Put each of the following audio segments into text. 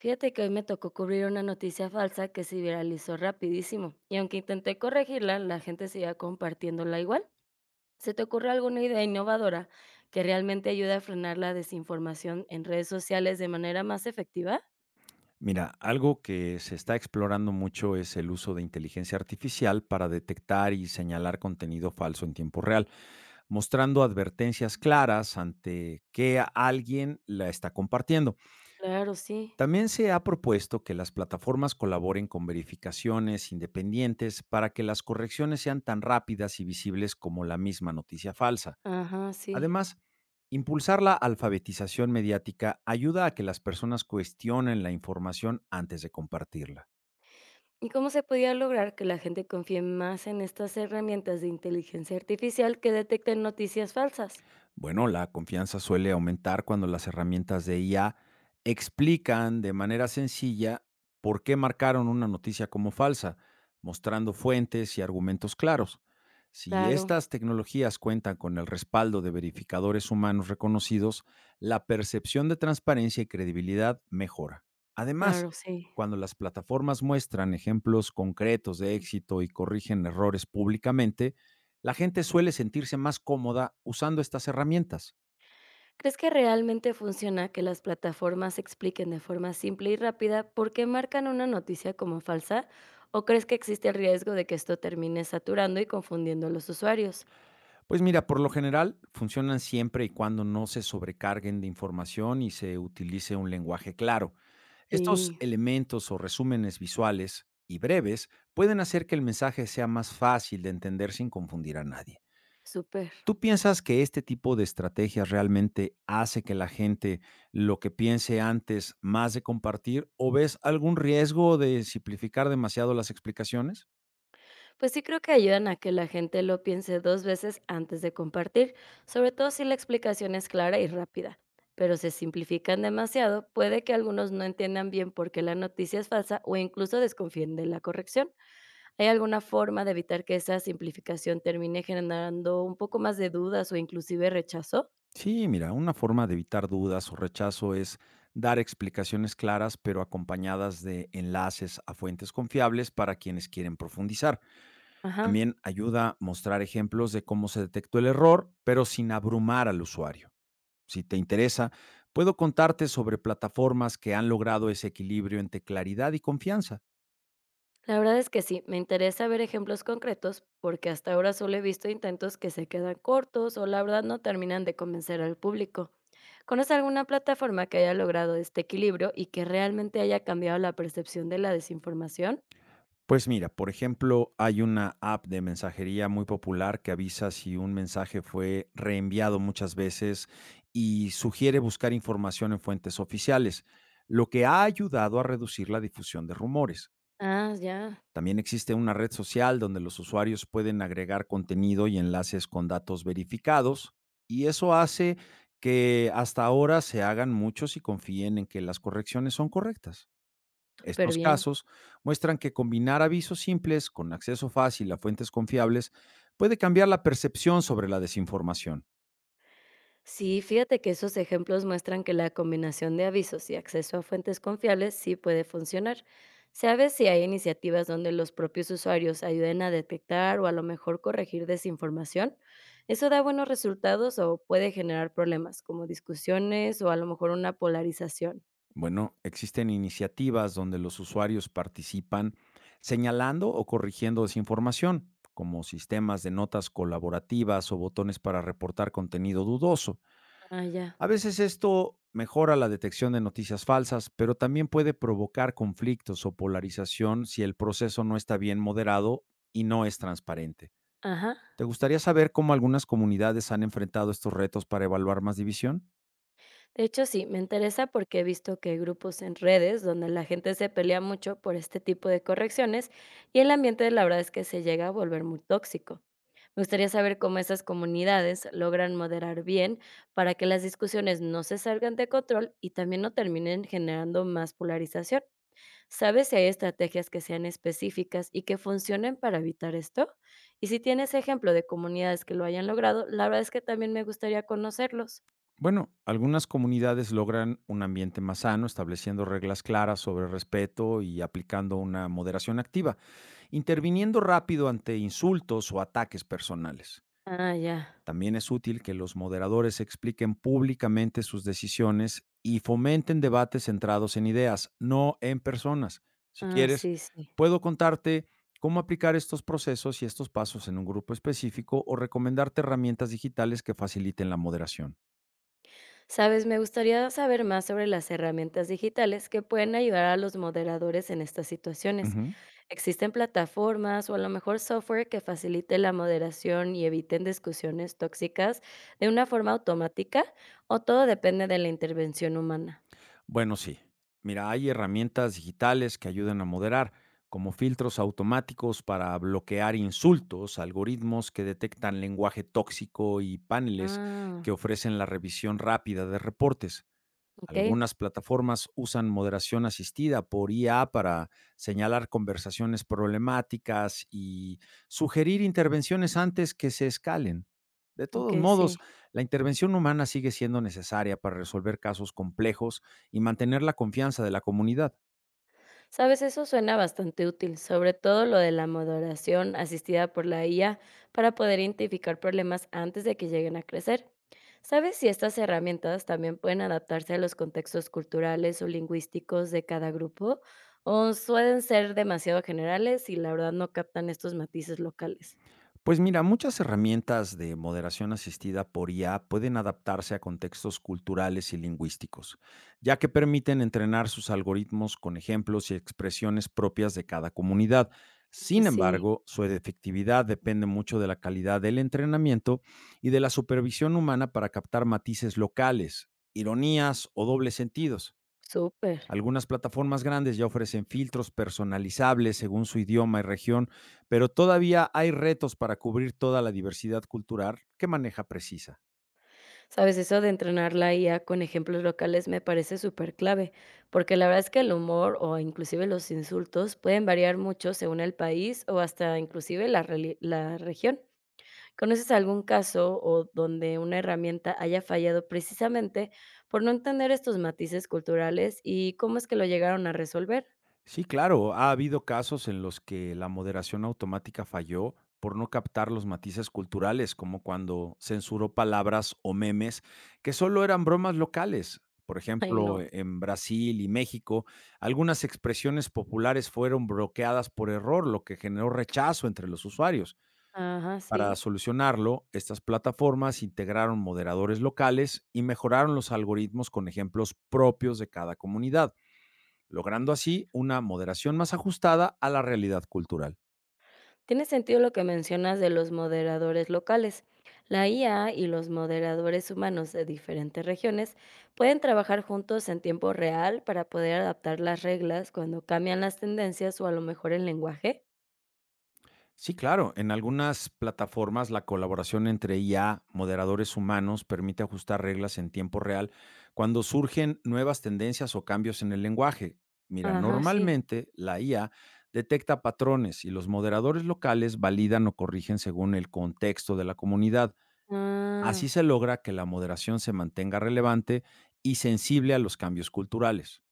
Fíjate que hoy me tocó cubrir una noticia falsa que se viralizó rapidísimo, y aunque intenté corregirla, la gente seguía compartiéndola igual. ¿Se te ocurre alguna idea innovadora que realmente ayude a frenar la desinformación en redes sociales de manera más efectiva? Mira, algo que se está explorando mucho es el uso de inteligencia artificial para detectar y señalar contenido falso en tiempo real, mostrando advertencias claras ante que alguien la está compartiendo. Claro, sí. También se ha propuesto que las plataformas colaboren con verificaciones independientes para que las correcciones sean tan rápidas y visibles como la misma noticia falsa. Ajá, sí. Además, impulsar la alfabetización mediática ayuda a que las personas cuestionen la información antes de compartirla. ¿Y cómo se podía lograr que la gente confíe más en estas herramientas de inteligencia artificial que detecten noticias falsas? Bueno, la confianza suele aumentar cuando las herramientas de IA explican de manera sencilla por qué marcaron una noticia como falsa, mostrando fuentes y argumentos claros. Si Claro, estas tecnologías cuentan con el respaldo de verificadores humanos reconocidos, la percepción de transparencia y credibilidad mejora. Además, claro, sí. cuando las plataformas muestran ejemplos concretos de éxito y corrigen errores públicamente, la gente suele sentirse más cómoda usando estas herramientas. ¿Crees que realmente funciona que las plataformas expliquen de forma simple y rápida por qué marcan una noticia como falsa? ¿O crees que existe el riesgo de que esto termine saturando y confundiendo a los usuarios? Pues mira, por lo general funcionan siempre y cuando no se sobrecarguen de información y se utilice un lenguaje claro. Estos Sí, elementos o resúmenes visuales y breves pueden hacer que el mensaje sea más fácil de entender sin confundir a nadie. súper. ¿Tú piensas que este tipo de estrategias realmente hace que la gente lo que piense antes más de compartir o ves algún riesgo de simplificar demasiado las explicaciones? Pues sí creo que ayudan a que la gente lo piense dos veces antes de compartir, sobre todo si la explicación es clara y rápida. Pero si simplifican demasiado, puede que algunos no entiendan bien por qué la noticia es falsa o incluso desconfíen de la corrección. ¿Hay alguna forma de evitar que esa simplificación termine generando un poco más de dudas o inclusive rechazo? Sí, mira, una forma de evitar dudas o rechazo es dar explicaciones claras, pero acompañadas de enlaces a fuentes confiables para quienes quieren profundizar. Ajá. También ayuda a mostrar ejemplos de cómo se detectó el error, pero sin abrumar al usuario. Si te interesa, puedo contarte sobre plataformas que han logrado ese equilibrio entre claridad y confianza. La verdad es que sí, me interesa ver ejemplos concretos porque hasta ahora solo he visto intentos que se quedan cortos o la verdad no terminan de convencer al público. ¿Conoce alguna plataforma que haya logrado este equilibrio y que realmente haya cambiado la percepción de la desinformación? Pues mira, por ejemplo, hay una app de mensajería muy popular que avisa si un mensaje fue reenviado muchas veces y sugiere buscar información en fuentes oficiales, lo que ha ayudado a reducir la difusión de rumores. Ah, ya, También existe una red social donde los usuarios pueden agregar contenido y enlaces con datos verificados y eso hace que hasta ahora se hagan muchos y confíen en que las correcciones son correctas. súper Estos bien. casos muestran que combinar avisos simples con acceso fácil a fuentes confiables puede cambiar la percepción sobre la desinformación. Sí, fíjate que esos ejemplos muestran que la combinación de avisos y acceso a fuentes confiables sí puede funcionar. ¿Sabes si hay iniciativas donde los propios usuarios ayuden a detectar o a lo mejor corregir desinformación? ¿Eso da buenos resultados o puede generar problemas como discusiones o a lo mejor una polarización? Bueno, existen iniciativas donde los usuarios participan señalando o corrigiendo desinformación, como sistemas de notas colaborativas o botones para reportar contenido dudoso. Ah, ya. A veces esto mejora la detección de noticias falsas, pero también puede provocar conflictos o polarización si el proceso no está bien moderado y no es transparente. Ajá. ¿Te gustaría saber cómo algunas comunidades han enfrentado estos retos para evaluar más división? De hecho, sí, me interesa porque he visto que hay grupos en redes donde la gente se pelea mucho por este tipo de correcciones y el ambiente la verdad es que se llega a volver muy tóxico. Me gustaría saber cómo esas comunidades logran moderar bien para que las discusiones no se salgan de control y también no terminen generando más polarización. ¿Sabes si hay estrategias que sean específicas y que funcionen para evitar esto? Y si tienes ejemplo de comunidades que lo hayan logrado, la verdad es que también me gustaría conocerlos. Bueno, algunas comunidades logran un ambiente más sano, estableciendo reglas claras sobre respeto y aplicando una moderación activa, interviniendo rápido ante insultos o ataques personales. Ah, ya. También es útil que los moderadores expliquen públicamente sus decisiones y fomenten debates centrados en ideas, no en personas. Si Ah, quieres, sí, sí. puedo contarte cómo aplicar estos procesos y estos pasos en un grupo específico o recomendarte herramientas digitales que faciliten la moderación. Sabes, me gustaría saber más sobre las herramientas digitales que pueden ayudar a los moderadores en estas situaciones. Ujú. ¿Existen plataformas o a lo mejor software que facilite la moderación y eviten discusiones tóxicas de una forma automática? ¿O todo depende de la intervención humana? Bueno, sí. Mira, hay herramientas digitales que ayudan a moderar, como filtros automáticos para bloquear insultos, algoritmos que detectan lenguaje tóxico y paneles que Ah, ofrecen la revisión rápida de reportes. ok, Algunas plataformas usan moderación asistida por IA para señalar conversaciones problemáticas y sugerir intervenciones antes que se escalen. De todos ok, modos, sí. la intervención humana sigue siendo necesaria para resolver casos complejos y mantener la confianza de la comunidad. Sabes, eso suena bastante útil, sobre todo lo de la moderación asistida por la IA para poder identificar problemas antes de que lleguen a crecer. ¿Sabes si estas herramientas también pueden adaptarse a los contextos culturales o lingüísticos de cada grupo o suelen ser demasiado generales y la verdad no captan estos matices locales? Pues mira, muchas herramientas de moderación asistida por IA pueden adaptarse a contextos culturales y lingüísticos, ya que permiten entrenar sus algoritmos con ejemplos y expresiones propias de cada comunidad. Sin Así, embargo, su efectividad depende mucho de la calidad del entrenamiento y de la supervisión humana para captar matices locales, ironías o dobles sentidos. súper. Algunas plataformas grandes ya ofrecen filtros personalizables según su idioma y región, pero todavía hay retos para cubrir toda la diversidad cultural que maneja Precisa. Sabes, eso de entrenar la IA con ejemplos locales me parece súper clave, porque la verdad es que el humor o inclusive los insultos pueden variar mucho según el país o hasta inclusive la, la región. ¿Conoces algún caso o donde una herramienta haya fallado precisamente por no entender estos matices culturales y cómo es que lo llegaron a resolver? Sí, claro, ha habido casos en los que la moderación automática falló por no captar los matices culturales, como cuando censuró palabras o memes que solo eran bromas locales. Por Ay, ejemplo, no. En Brasil y México, algunas expresiones populares fueron bloqueadas por error, lo que generó rechazo entre los usuarios. Ajá, Para sí. solucionarlo, estas plataformas integraron moderadores locales y mejoraron los algoritmos con ejemplos propios de cada comunidad, logrando así una moderación más ajustada a la realidad cultural. Tiene sentido lo que mencionas de los moderadores locales. La IA y los moderadores humanos de diferentes regiones pueden trabajar juntos en tiempo real para poder adaptar las reglas cuando cambian las tendencias o a lo mejor el lenguaje. Sí, claro. En algunas plataformas la colaboración entre IA, moderadores humanos, permite ajustar reglas en tiempo real cuando surgen nuevas tendencias o cambios en el lenguaje. Mira, Ajá, sí. normalmente la IA detecta patrones y los moderadores locales validan o corrigen según el contexto de la comunidad. Ah. Así se logra que la moderación se mantenga relevante y sensible a los cambios culturales.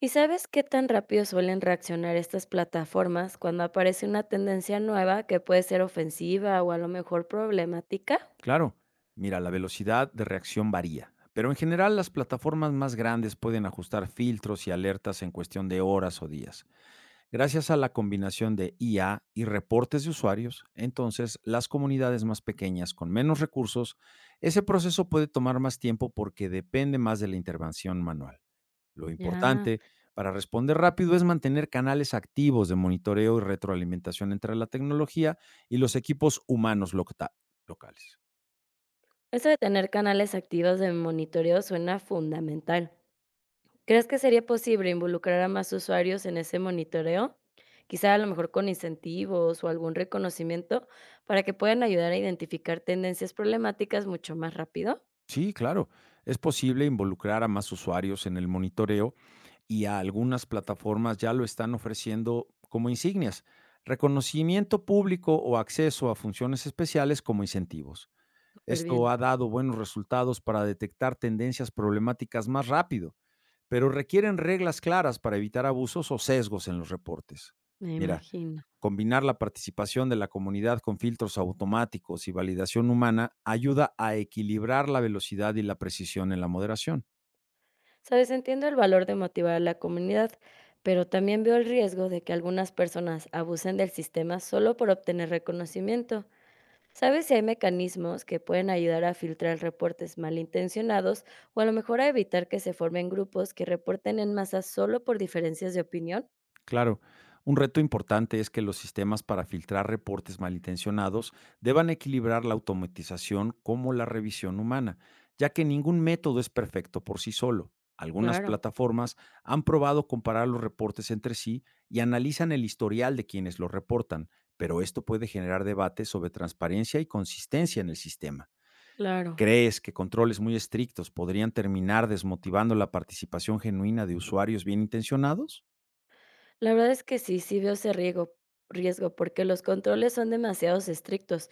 ¿Y sabes qué tan rápido suelen reaccionar estas plataformas cuando aparece una tendencia nueva que puede ser ofensiva o a lo mejor problemática? Claro, mira, la velocidad de reacción varía, pero en general las plataformas más grandes pueden ajustar filtros y alertas en cuestión de horas o días. Gracias a la combinación de IA y reportes de usuarios, entonces las comunidades más pequeñas con menos recursos, ese proceso puede tomar más tiempo porque depende más de la intervención manual. Lo Ya. importante para responder rápido es mantener canales activos de monitoreo y retroalimentación entre la tecnología y los equipos humanos locales. Eso de tener canales activos de monitoreo suena fundamental. ¿Crees que sería posible involucrar a más usuarios en ese monitoreo? Quizá a lo mejor con incentivos o algún reconocimiento para que puedan ayudar a identificar tendencias problemáticas mucho más rápido. Sí, claro. Es posible involucrar a más usuarios en el monitoreo y a algunas plataformas ya lo están ofreciendo como insignias, reconocimiento público o acceso a funciones especiales como incentivos. Súper Esto bien, ha dado buenos resultados para detectar tendencias problemáticas más rápido pero requieren reglas claras para evitar abusos o sesgos en los reportes. me Mira, imagino. combinar la participación de la comunidad con filtros automáticos y validación humana ayuda a equilibrar la velocidad y la precisión en la moderación. Sabes, entiendo el valor de motivar a la comunidad, pero también veo el riesgo de que algunas personas abusen del sistema solo por obtener reconocimiento. ¿Sabes si hay mecanismos que pueden ayudar a filtrar reportes malintencionados o a lo mejor a evitar que se formen grupos que reporten en masa solo por diferencias de opinión? Claro, un reto importante es que los sistemas para filtrar reportes malintencionados deban equilibrar la automatización como la revisión humana, ya que ningún método es perfecto por sí solo. Algunas Claro, plataformas han probado comparar los reportes entre sí y analizan el historial de quienes los reportan, pero esto puede generar debate sobre transparencia y consistencia en el sistema. claro. ¿Crees que controles muy estrictos podrían terminar desmotivando la participación genuina de usuarios bien intencionados? La verdad es que sí, sí veo ese riesgo porque los controles son demasiados estrictos.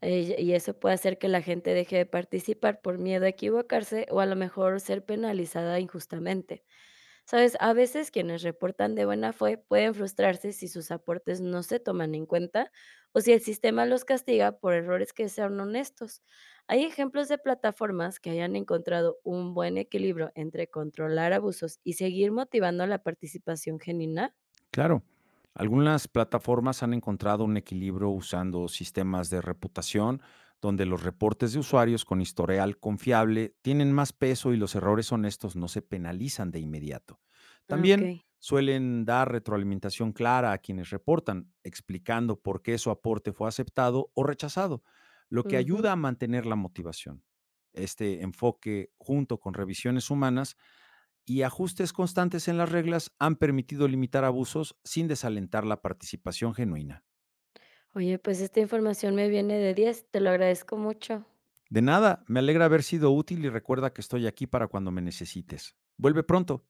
Y eso puede hacer que la gente deje de participar por miedo a equivocarse o a lo mejor ser penalizada injustamente. Sabes, a veces quienes reportan de buena fe pueden frustrarse si sus aportes no se toman en cuenta o si el sistema los castiga por errores que sean honestos. ¿Hay ejemplos de plataformas que hayan encontrado un buen equilibrio entre controlar abusos y seguir motivando la participación genuina? Claro, algunas plataformas han encontrado un equilibrio usando sistemas de reputación donde los reportes de usuarios con historial confiable tienen más peso y los errores honestos no se penalizan de inmediato. Ah, ok. También suelen dar retroalimentación clara a quienes reportan, explicando por qué su aporte fue aceptado o rechazado, lo que Ujú. ayuda a mantener la motivación. Este enfoque, junto con revisiones humanas, y ajustes constantes en las reglas han permitido limitar abusos sin desalentar la participación genuina. Oye, pues esta información me viene de diez, te lo agradezco mucho. De nada, me alegra haber sido útil y recuerda que estoy aquí para cuando me necesites. Vuelve pronto.